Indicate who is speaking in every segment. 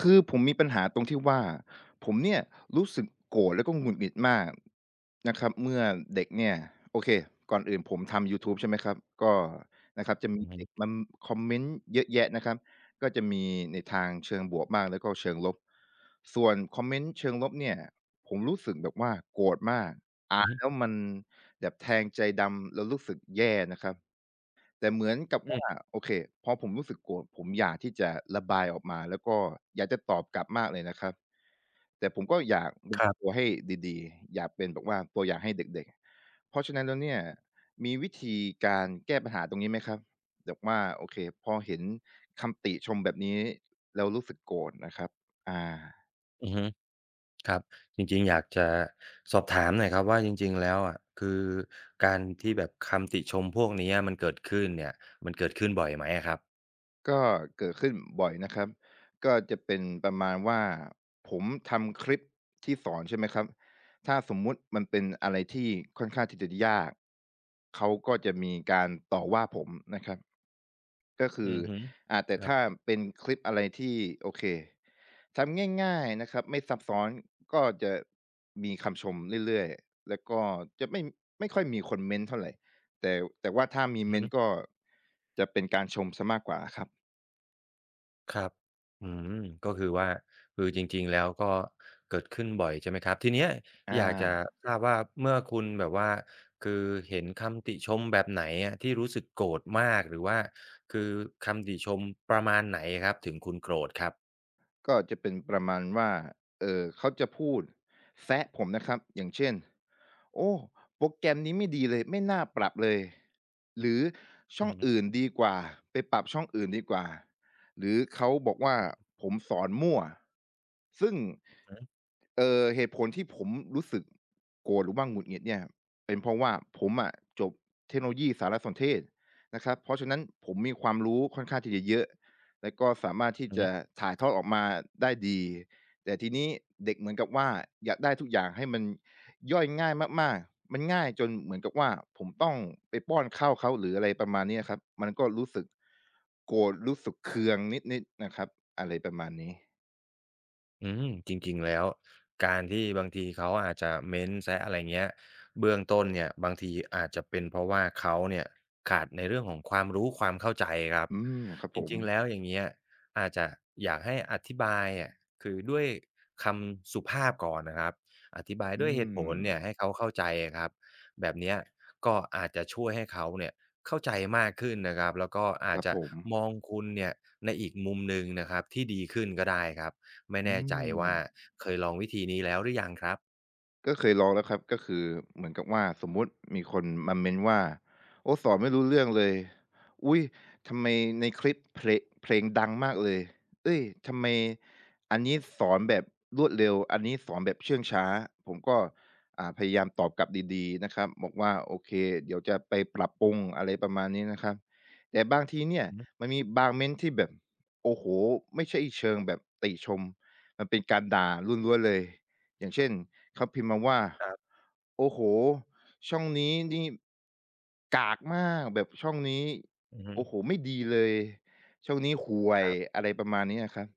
Speaker 1: คือผมมีปัญหาตรงที่ว่าผมเนี่ยรู้สึกโกรธแล้วก็หงุดหงิดมากนะครับเมื่อเด็กเนี่ยโอเคก่อนอื่นผมทำยูทูบใช่ไหมครับก็นะครับจะมี
Speaker 2: อือ
Speaker 1: เด็กม
Speaker 2: ฮึ
Speaker 1: นคอมเมนต์เยอะแยะนะครับก็จะมีในทางเชิงบวกบ้างแล้วก็เชิงลบส่วนคอมเมนต์เชิงลบเนี่ยผมรู้สึกแบบว่าโกรธมากอ่า
Speaker 2: อือ
Speaker 1: น
Speaker 2: ฮึ
Speaker 1: แล้วมันแบบแทงใจดำแล้วรู้สึกแย่นะครับ แต่เหมือนกับ
Speaker 2: อื
Speaker 1: ว่า
Speaker 2: ม
Speaker 1: โอเคพอผมรู้สึกโกรธผมอยากที่จะระบายออกมาแล้วก็อยากจะตอบกลับมากเลยนะครับแต่ผมก็อยากดู
Speaker 2: ครั
Speaker 1: ตั
Speaker 2: บ
Speaker 1: วให้ดีๆอยากเป็นแบบว่าตัวอย่างให้เด็กๆเพราะฉะนั้นแล้วเนี่ยมีวิธีการแก้ปัญหาตรงนี้ไหมครับแบบว่าโอเคพอเห็นคำติชมแบบนี้แล้วรู้สึกโกรธนะครับอา
Speaker 2: อือฮึครับจริงๆอยากจะสอบถามหน่อยครับว่าจริงๆแล้วอะคือการที่แบบคำติชมพวกเนี้ยมันเกิดขึ้นเนี่ยมันเกิดขึ้นบ่อยไหมอะครับ
Speaker 1: ก็เกิดขึ้นบ่อยนะครับ ก็จะเป็นประมาณว่าผมทำคลิปที่สอนใช่ไหมครับถ้าสมมุติมันเป็นอะไรที่ค่อนข้างที่จะยากเขาก็จะมีการต่อว่าผมนะครับก็คือ
Speaker 2: อือฮึ
Speaker 1: อ่าแต่
Speaker 2: ครับ
Speaker 1: ถ้าเป็นคลิปอะไรที่โอเคทำง่ายๆนะครับไม่ซับซ้อนก็จะมีคำชมเรื่อยๆแล้วก็จะไม่ค่อยมีคนเม้นต์เท่าไรแต่แต่ว่าถ้ามี
Speaker 2: อือฮึ
Speaker 1: เม้นต์ก็จะเป็นการชมเสียมากกว่าครับ
Speaker 2: ครับอืมก็คือว่าคือจริงๆแล้วก็เกิดขึ้นบ่อยใช่ไหมครับทีเนี้ย
Speaker 1: อ
Speaker 2: อยากจะ
Speaker 1: า
Speaker 2: ทราบว่าเมื่อคุณแบบว่าคือเห็นคำติชมแบบไหนอะที่รู้สึกโกรธมากหรือว่าคือคำติชมประมาณไหนอะครับถึงคุณโกรธครับ
Speaker 1: ก็จะเป็นประมาณว่าเออเขาจะพูดแซะผมนะครับอย่างเช่นโอ้โปรแกรมนี้ไม่ดีเลยไม่น่าปรับเลยหรือช่
Speaker 2: อื
Speaker 1: อ
Speaker 2: อ
Speaker 1: ง
Speaker 2: ฮึ
Speaker 1: อื่นดีกว่าไปปรับช่องอื่นดีกว่าหรือเขาบอกว่าผมสอนมั่วซึ่ง
Speaker 2: อือฮึ
Speaker 1: เหตุผลที่ผมรู้สึกโกรธหรือว่าหงุดหงิดเนี่ยเป็นเพราะว่าผมอะจบเทคโนโลยีสารสนเทศนะครับเพราะฉะนั้นผมมีความรู้ค่อนข้างที่จะเยอะ แล้วก็สามารถ
Speaker 2: อือ
Speaker 1: ที่
Speaker 2: ฮึ
Speaker 1: จะถ่ายทอดออกมาได้ดีแต่ทีนี้เด็กเหมือนกับว่าอยากได้ทุกอย่างให้มันย่อยง่ายมากๆมันง่ายจนเหมือนกับว่าผมต้องไปป้อนข้าวเขาหรืออะไรประมาณเนี้ยครับมันก็รู้สึกโกรธรู้สึกเคืองนิดๆนะครับอะไรประมาณนี้
Speaker 2: อืมจริงๆแล้วการที่บางทีเขาอาจจะเม้นแซะอะไรเงี้ยเบื้องต้นเนี่ยบางทีอาจจะเป็นเพราะว่าเขาเนี่ยขาดในเรื่องของความรู้ความเข้าใจครับ
Speaker 1: อืมครับ
Speaker 2: จ
Speaker 1: ผม
Speaker 2: ริงๆแล้วอย่างเงี้ยอาจจะอยากให้อธิบายอะคือด้วยคำสุภาพก่อนนะครับอธิบาย
Speaker 1: อื
Speaker 2: ด้วยเหตุผลเนี่ย
Speaker 1: ม
Speaker 2: ให้เขาเข้าใจอะครับแบบเนี้ยก็อาจจะช่วยให้เขาเนี่ยเข้าใจมากขึ้นนะครับแล้วก็
Speaker 1: ค
Speaker 2: อาจ
Speaker 1: รับ
Speaker 2: จะ
Speaker 1: ผม
Speaker 2: มองคุณเนี่ยในอีกมุมหนึ่งนะครับที่ดีขึ้นก็ได้ครับ ไม่
Speaker 1: อื
Speaker 2: แน่ใจ
Speaker 1: ม
Speaker 2: ว่าเคยลองวิธีนี้แล้วหรือยังครับ
Speaker 1: ก็เคยลองแล้วครับก็คือเหมือนกับว่าสมมุติมีคนมาเม้นว่าโอ้สอนไม่รู้เรื่องเลยอุ๊ยทำไมในคลิปเพลงดังมากเลยเฮ้ยทำไมอันนี้สอนแบบรวดเร็วอันนี้สอนแบบเชื่องช้าผมก็พยายามตอบกลับดีๆนะครับบอกว่าโอเคเดี๋ยวจะไปปรับปรุงอะไรประมาณนี้นะครับแต่บางทีเนี่ย
Speaker 2: อือฮึ
Speaker 1: มันมีบางเม้นที่แบบโอ้โฮไม่ใช่เชิงแบบติชมมันเป็นการด่าล้วนๆเลยอย่างเช่น เขาพิมพ์มาว่า
Speaker 2: ครับ
Speaker 1: โอ้โหช่องนี้นี่กากมากแบบช่องนี้
Speaker 2: อือฮึ
Speaker 1: โอ้โฮไม่ดีเลยช่องนี้ห่ว
Speaker 2: ค
Speaker 1: ย
Speaker 2: รับ
Speaker 1: อะไรประมาณนี้อะครับ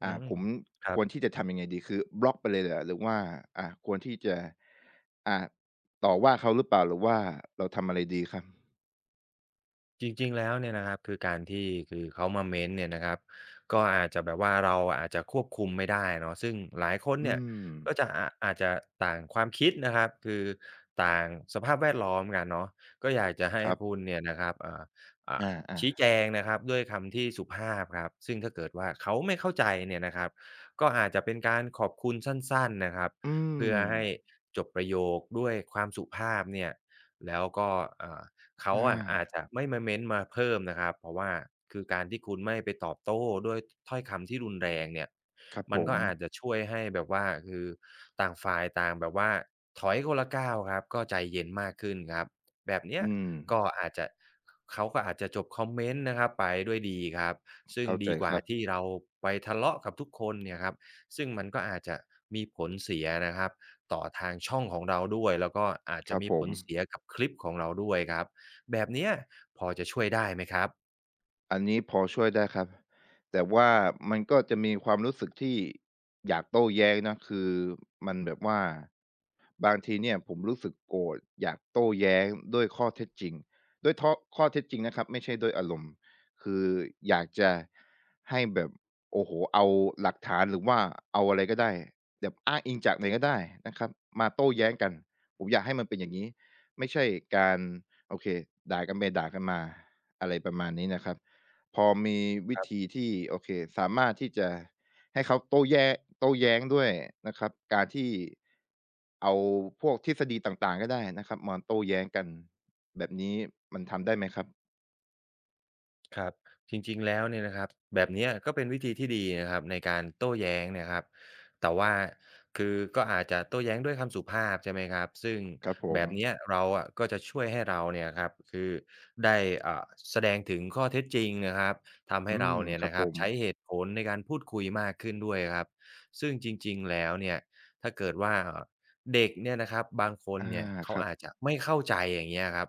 Speaker 2: อืม
Speaker 1: ผม
Speaker 2: ค
Speaker 1: ค
Speaker 2: รับ
Speaker 1: วรที่จะทำยังไงดีคือบล็อกไปเลยเหรอหรือว่าควรที่จะอ่าต่อว่าเขาหรือเปล่าหรือว่าเราทำอะไรดีครับ
Speaker 2: จริงๆแล้วเนี่ยนะครับคือการที่คือเขามาเม้นต์เนี่ยนะครับก็อาจจะแบบว่าเราอาจจะควบคุมไม่ได้เนาะซึ่งหลายคน
Speaker 1: อื
Speaker 2: เนี่ย
Speaker 1: ม
Speaker 2: ก็จะอาจจะต่างความคิดนะครับคือต่างสภาพแวดล้อมกันเนาะก็อยากจะให้
Speaker 1: ครั
Speaker 2: คุ
Speaker 1: บ
Speaker 2: ณเนี่ยนะครับ
Speaker 1: อ
Speaker 2: อ่าชี้
Speaker 1: า
Speaker 2: แจงนะครับด้วยคำที่สุภาพครับซึ่งถ้าเกิดว่าเขาไม่เข้าใจเนี่ยนะครับก็อาจจะเป็นการขอบคุณสั้นๆนะครับ
Speaker 1: ๆอื
Speaker 2: เพื่อ
Speaker 1: ม
Speaker 2: ให้จบประโยคด้วยความสุภาพเนี่ยแล้วก็อ่า เขา
Speaker 1: อ
Speaker 2: อะอา
Speaker 1: า
Speaker 2: จจะไม่มาเม้นต์มาเพิ่มนะครับเพราะว่าคือการที่คุณไม่ไปตอบโต้ด้วยถ้อยคำที่รุนแรงเนี่ย
Speaker 1: ครับ
Speaker 2: มั
Speaker 1: ผ
Speaker 2: นก็
Speaker 1: ม
Speaker 2: อาจจะช่วยให้แบบว่าคือต่างฝ่ายต่างแบบว่าถอยคนละก้าวครับก็ใจเย็นมากขึ้นครับแบบเนี้ย
Speaker 1: อืม
Speaker 2: ก็อาจจะเขาก็อาจจะจบคอมเมนต์นะครับไปด้วยดีครับซึ่ง
Speaker 1: เข้าใจ
Speaker 2: ดีก
Speaker 1: ค
Speaker 2: ว่า
Speaker 1: รับ
Speaker 2: ที่เราไปทะเลาะกับทุกคนเนี่ยครับซึ่งมันก็อาจจะมีผลเสียนะครับต่อทางช่องของเราด้วยแล้วก็อาจ
Speaker 1: ค
Speaker 2: จะ
Speaker 1: รับ
Speaker 2: มี
Speaker 1: ผ
Speaker 2: ผ
Speaker 1: ม
Speaker 2: ลเสียกับคลิปของเราด้วยครับ แบบเนี้ยพอจะช่วยได้ไหมครับ
Speaker 1: อันนี้พอช่วยได้ครับแต่ว่ามันก็จะมีความรู้สึกที่อยากโต้แย้งนะคือมันแบบว่าบางทีเนี่ยผมรู้สึกโกรธอยากโต้แย้งด้วยข้อเท็จจริงด้วยท้อข้อเท็จจริงนะครับไม่ใช่ด้วยอารมณ์คืออยากจะให้แบบโอ้โหเอาหลักฐานหรือว่าเอาอะไรก็ได้แบบอ้างอิงจากไหนก็ได้นะครับมาโต้แย้งกันผมอยากให้มันเป็นอย่างนี้ไม่ใช่การโอเคด่ากันไปด่ากันมาอะไรประมาณนี้นะครับ พอมีวิธีที่โอเคสามารถที่จะให้เขาโต้แย้งด้วยนะครับการที่เอาพวกทฤษฎีต่างๆก็ได้นะครับมาโต้แย้งกันแบบนี้มันทำได้ไหมครับ
Speaker 2: ครับจริงๆแล้วเนี่ยนะครับแบบเนี้ยก็เป็นวิธีที่ดีนะครับในการโต้แย้งเนี่ยครับแต่ว่าคือก็อาจจะโต้แย้งด้วยคำสุภาพใช่ไหมครับซึ่ง
Speaker 1: ครับผ
Speaker 2: แบ
Speaker 1: ม
Speaker 2: บเนี้ยเราอะก็จะช่วยให้เราเนี่ยครับคือได้อ่าแสดงถึงข้อเท็จจริงนะครับทำให้
Speaker 1: อื
Speaker 2: เรา
Speaker 1: ม
Speaker 2: เนี่ย
Speaker 1: ครับ
Speaker 2: นะค
Speaker 1: ผ
Speaker 2: รับ
Speaker 1: ม
Speaker 2: ใช้เหตุผลในการพูดคุยมากขึ้นด้วยครับซึ่งจริงๆแล้วเนี่ยถ้าเกิดว่าเด็กเนี่ยนะครับบางคน
Speaker 1: อา
Speaker 2: เนี่ย
Speaker 1: ค
Speaker 2: เขา
Speaker 1: รับ
Speaker 2: อาจจะไม่เข้าใจอย่างเงี้ยครับ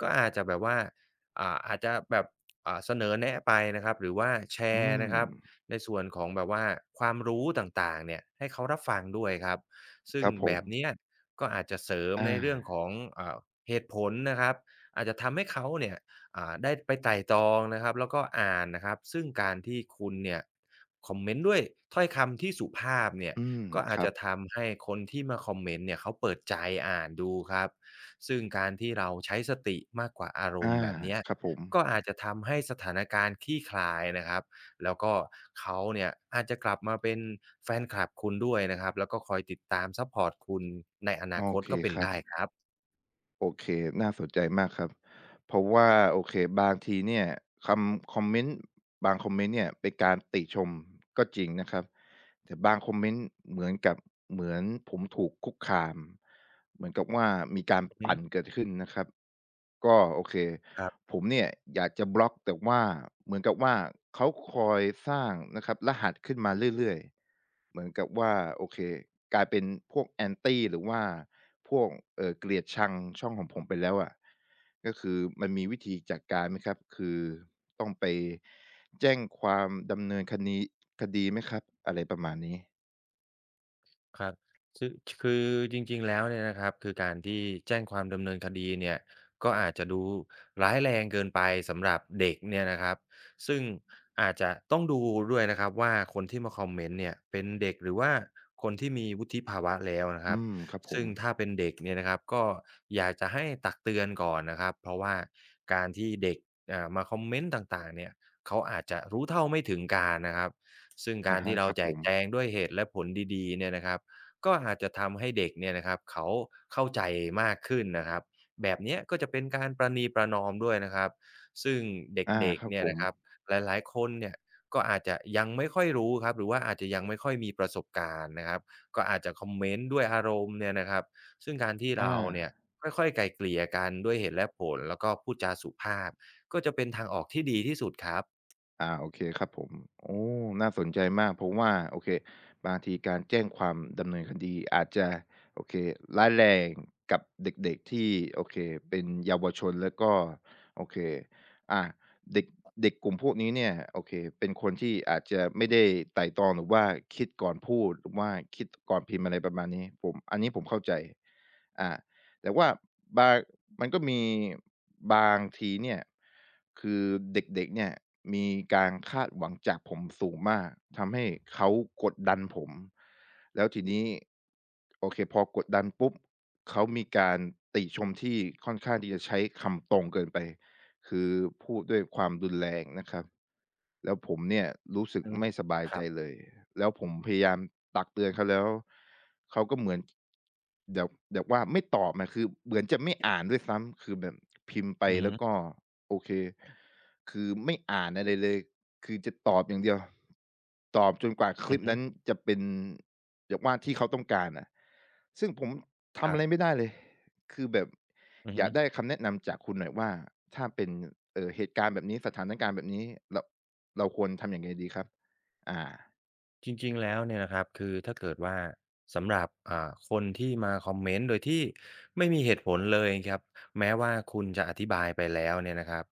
Speaker 2: ก็อาจจะแบบว่าอาจจะแบบ เสนอแนะไปนะครับหรือว่าแช
Speaker 1: อื
Speaker 2: ร์นะครั
Speaker 1: ม
Speaker 2: บในส่วนของแบบว่าความรู้ต่างๆเนี่ยให้เขารับฟังด้วยครับ
Speaker 1: ค
Speaker 2: ซึ่ง
Speaker 1: รับผ
Speaker 2: แบ
Speaker 1: ม
Speaker 2: บเนี้ยก็อาจจะเสริม
Speaker 1: อา
Speaker 2: ในเรื่องของอ่าเหตุผลนะครับอาจจะทำให้เขาเนี่ยได้ไปไตร่ตรองนะครับแล้วก็อ่านนะครับซึ่งการที่คุณเนี่ยคอมเมนต์ด้วยถ้อยคำที่สุภาพเนี่ย
Speaker 1: อืม
Speaker 2: ก็
Speaker 1: ค
Speaker 2: อาจ
Speaker 1: รับ
Speaker 2: จะทำให้คนที่มาคอมเมนต์เนี่ยเขาเปิดใจอ่านดูครับซึ่งการที่เราใช้สติมากกว่าอารม
Speaker 1: อา
Speaker 2: ณ์แบบเนี้ย
Speaker 1: ครับผม
Speaker 2: ก็อาจจะทำให้สถานการณ์คลี่คลายนะครับ แล้วก็เขาเนี่ยอาจจะกลับมาเป็นแฟนคลับคุณด้วยนะครับ แล้วก็คอยติดตามซัปพอร์ตคุณในอนา
Speaker 1: โอ
Speaker 2: คต
Speaker 1: เค
Speaker 2: ก็เป็
Speaker 1: ค
Speaker 2: น
Speaker 1: รับ
Speaker 2: ได้ครับ
Speaker 1: โอเคน่าสนใจมากครับ เพราะว่าโอเคบางทีเนี่ยคำคอมเมนต์บางคอมเมนต์เนี่ยเป็นการติชมก็จริงนะครับแต่บางคอมเมนต์เหมือนกับเหมือนผมถูกคุกคามเหมือนกับว่ามีการ
Speaker 2: อือฮึ
Speaker 1: ปั่นเกิดขึ้นนะครับก็โอเค
Speaker 2: ครับ
Speaker 1: ผมเนี่ยอยากจะบล็อกแต่ว่าเหมือนกับว่าเขาคอยสร้างนะครับรหัสขึ้นมาเรื่อยๆ เหมือนกับว่าโอเคกลายเป็นพวก Anti หรือว่าพวกเกลียดชังช่องของผมไปแล้วอะก็คือมันมีวิธีจัดการไหมครับคือต้องไปแจ้งความดำเนินคณีคดีไหมครับอะไรประมาณนี้
Speaker 2: ครับซึ่งคือจริงๆแล้วเนี่ยนะครับคือการที่แจ้งความดำเนินคดีเนี่ยก็อาจจะดูร้ายแรงเกินไปสำหรับเด็กเนี่ยนะครับซึ่งอาจจะต้องดูด้วยนะครับว่าคนที่มาคอมเมนต์เนี่ยเป็นเด็กหรือว่าคนที่มีวุฒิภาวะแล้วนะค
Speaker 1: อื
Speaker 2: รับ
Speaker 1: มครับผม
Speaker 2: ซึ่งถ้าเป็นเด็กเนี่ยนะครับก็อยากจะให้ตักเตือนก่อนนะครับเพราะว่าการที่เด็กมาคอมเมนต์ต่างๆเนี่ยเขาอาจจะรู้เท่าไม่ถึงการนะครับซึ่ง
Speaker 1: อะ
Speaker 2: การ
Speaker 1: ฮะ
Speaker 2: ที่
Speaker 1: ค
Speaker 2: เรา
Speaker 1: รับ
Speaker 2: แจ
Speaker 1: ผ
Speaker 2: ก
Speaker 1: ม
Speaker 2: แจงด้วยเหตุและผลดีๆเนี่ยนะครับ ก็อาจจะทำให้เด็กเนี่ยนะครับเขาเข้าใจมากขึ้นนะครับแบบเนี้ยก็จะเป็นการประนีประนอมด้วยนะครับซึ่ง
Speaker 1: อา
Speaker 2: เด็ก
Speaker 1: ครั
Speaker 2: ๆ
Speaker 1: บ
Speaker 2: เนี่
Speaker 1: ผ
Speaker 2: ย
Speaker 1: ม
Speaker 2: นะครับหลายๆคนเนี่ยก็อาจจะยังไม่ค่อยรู้ครับหรือว่าอาจจะยังไม่ค่อยมีประสบการณ์นะครับก็อาจจะคอมเมนต์ด้วยอารมณ์เนี่ยนะครับซึ่งการที่
Speaker 1: อา
Speaker 2: เราเนี่ยค่อยๆไกลเกลี่ยกันด้วยเหตุและผลแล้วก็พูดจาสุภาพก็จะเป็นทางออกที่ดีที่สุดครับ
Speaker 1: อาโอเคครับผมโอ้น่าสนใจมากเพราะว่าโอเคบางทีการแจ้งความดำเนินคดีอาจจะโอเคร้ายแรงกับเด็กๆที่โอเคเป็นเยาวชนแล้วก็โอเคอ่าเด็กเด็กกลุ่มพวกนี้เนี่ยโอเคเป็นคนที่อาจจะไม่ได้ไต่ตรองหรือว่าคิดก่อนพูดหรือว่าคิดก่อนพิมพ์อะไรประมาณนี้ผมอันนี้ผมเข้าใจอา แต่ว่าบางมันก็มีบางทีเนี่ยคือเด็กๆเนี่ยมีการคาดหวังจากผมสูงมากทำให้เขากดดันผมแล้วทีนี้โอเคพอกดดันปุ๊บเขามีการติชมที่ค่อนข้างที่จะใช้คำตรงเกินไป คือพูดด้วยความรุนแรงนะครับแล้วผมเนี่ยรู้สึก
Speaker 2: อืม
Speaker 1: ไม่สบาย
Speaker 2: ค
Speaker 1: ใจ
Speaker 2: รับ
Speaker 1: เลยแล้วผมพยายามตักเตือนเขาแล้วเขาก็เหมือนแบบว่าไม่ตอบนะคือเหมือนจะไม่อ่านด้วยซ้ำคือแบบพิมพ์ไป
Speaker 2: อือ
Speaker 1: แล้
Speaker 2: ฮึ
Speaker 1: วก็โอเคคือไม่อ่านอะไรเลยคือจะตอบอย่างเดียวตอบจนกว่าค
Speaker 2: อื
Speaker 1: ลิ
Speaker 2: อ
Speaker 1: ป
Speaker 2: ฮึ
Speaker 1: นั้นจะเป็นแบบว่าที่เขาต้องการอะซึ่งผม
Speaker 2: ค
Speaker 1: ทำ
Speaker 2: รั
Speaker 1: อะไร
Speaker 2: บ
Speaker 1: ไม่ได้เลยคือแบบ
Speaker 2: อือ
Speaker 1: อ
Speaker 2: ฮึ
Speaker 1: ยากได้คำแนะนำจากคุณหน่อยว่าถ้าเป็นเหตุการณ์แบบนี้สถานการณ์แบบนี้เราเราควรทำยังไงดีครับอา
Speaker 2: จริงๆ แล้วเนี่ยนะครับคือถ้าเกิดว่าสำหรับคนที่มาคอมเมนต์โดยที่ไม่มีเหตุผลเลยครับแม้ว่าคุณจะอธิบายไปแล้วเนี่ยนะครับ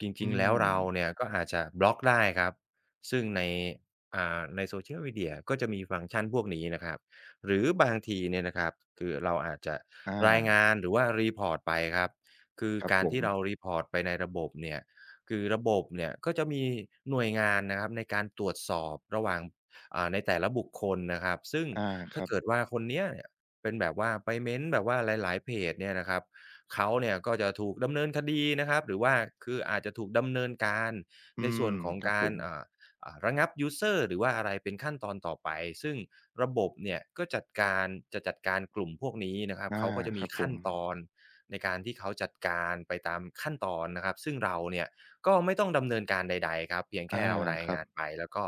Speaker 2: จ
Speaker 1: อื
Speaker 2: ริงๆ แล้ว
Speaker 1: ม
Speaker 2: เราเนี่ยก็อาจจะบล็อกได้ครับซึ่งในใน Social Media ก็จะมีฟังก์ชันพวกนี้นะครับหรือบางทีเนี่ยนะครับคือเราอาจจะราย
Speaker 1: อา
Speaker 2: งานหรือว่ารีพอร์ตไปครับคือ
Speaker 1: ครับ
Speaker 2: กา
Speaker 1: ผ
Speaker 2: ร
Speaker 1: ม
Speaker 2: ที่เรารีพอร์ตไปในระบบเนี่ยคือระบบเนี่ยก็จะมีหน่วยงานนะครับในการตรวจสอบระหว่าง ในแต่ละบุคคลนะครับซึ่ง
Speaker 1: อาค
Speaker 2: ถ้า
Speaker 1: รับ
Speaker 2: เกิดว่าคนเนี้ยเนี่ยเป็นแบบว่าไปเม้นต์แบบว่าหลายๆเพจเนี่ยนะครับเขาเนี่ยก็จะถูกดำเนินคดีนะครับหรือว่าคืออาจจะถูกดำเนินการ
Speaker 1: อื
Speaker 2: ในส่
Speaker 1: ม
Speaker 2: วนของ
Speaker 1: ครับผ
Speaker 2: การ
Speaker 1: ม
Speaker 2: ระงับยูสเซอร์หรือว่าอะไรเป็นขั้นตอนต่อไปซึ่งระบบเนี่ยก็จัดการจะจัดการกลุ่มพวกนี้นะครับ
Speaker 1: อา
Speaker 2: เขาก็จะ
Speaker 1: ค
Speaker 2: มี
Speaker 1: รับผ
Speaker 2: ขั้น
Speaker 1: ม
Speaker 2: ตอนในการที่เขาจัดการไปตามขั้นตอนนะครับซึ่งเราเนี่ย ก็ไม่ต้องดำเนินการใดๆครับเพียง
Speaker 1: อา
Speaker 2: แค่เราราย
Speaker 1: ครับ
Speaker 2: งานไปแล้วก็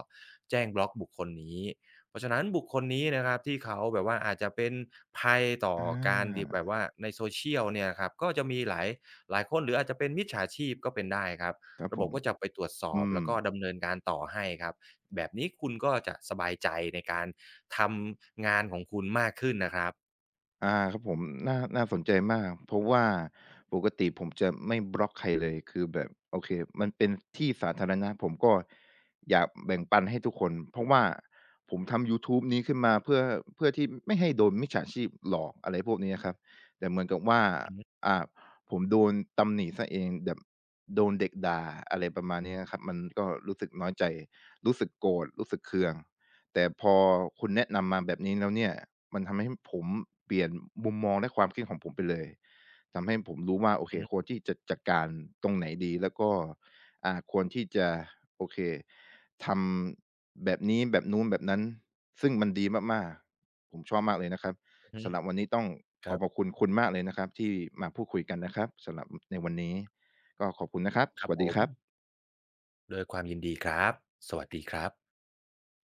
Speaker 2: แจ้งบล็อกบุคคลนี้เพราะฉะนั้นบุคคลนี้นะครับที่เขาแบบว่าอาจจะเป็นภัยต่อ
Speaker 1: อ
Speaker 2: การดี
Speaker 1: า
Speaker 2: แบบว่าใน social เนี่ยครับก็จะมีหลายคนหรืออาจจะเป็นมิจฉาชีพก็เป็นได้ครับ
Speaker 1: ครับผ
Speaker 2: ระบบ
Speaker 1: ม
Speaker 2: ก็จะไปตรวจสอ
Speaker 1: อื
Speaker 2: บ
Speaker 1: ม
Speaker 2: แล้วก็ดำเนินการต่อให้ครับแบบนี้คุณก็จะสบายใจในการทำงานของคุณมากขึ้นนะครับ
Speaker 1: อาครับผมน่าสนใจมากเพราะว่าปกติผมจะไม่บล็อกใครเลยคือแบบโอเคมันเป็นที่สาธารณะผมก็อยากแบ่งปันให้ทุกคนเพราะว่าผมทำยูทูบนี้ขึ้นมาเพื่อที่ไม่ให้โดนมิจฉาชีพหลอกอะไรพวกนี้อะครับแต่เหมือนกับว่า
Speaker 2: อือฮึ
Speaker 1: อ่าผมโดนตำหนิเสียเองแบบโดนเด็กด่าอะไรประมาณนี้อะครับมันก็รู้สึกน้อยใจรู้สึกโกรธรู้สึกเคือง แต่พอคุณแนะนำมาแบบนี้แล้วเนี่ยมันทำให้ผมเปลี่ยนมุมมองและความคิดของผมไปเลยทำให้ผมรู้ว่าโอเค
Speaker 2: ๆ
Speaker 1: ควรที่จะจัดการตรงไหนดีแล้วก็ควรที่จะโอเคทำแบบนี้แบบนู้นแบบนั้นซึ่งมันดีมากๆผมชอบมากเลยนะครับ
Speaker 2: อือฮึ
Speaker 1: สำหรับวันนี้ต้อง
Speaker 2: ค
Speaker 1: ขอ
Speaker 2: รั
Speaker 1: ขอบ
Speaker 2: บ
Speaker 1: คุณคุณมากเลยนะครับที่มาพูดคุยกันนะครับสำหรับในวันนี้ก็ขอบคุณนะครับ
Speaker 2: ค
Speaker 1: ส
Speaker 2: รับ
Speaker 1: วัส
Speaker 2: ผ
Speaker 1: ดีค
Speaker 2: ม
Speaker 1: รับ
Speaker 2: ด้วยความยินดีครับสวัสดีครับ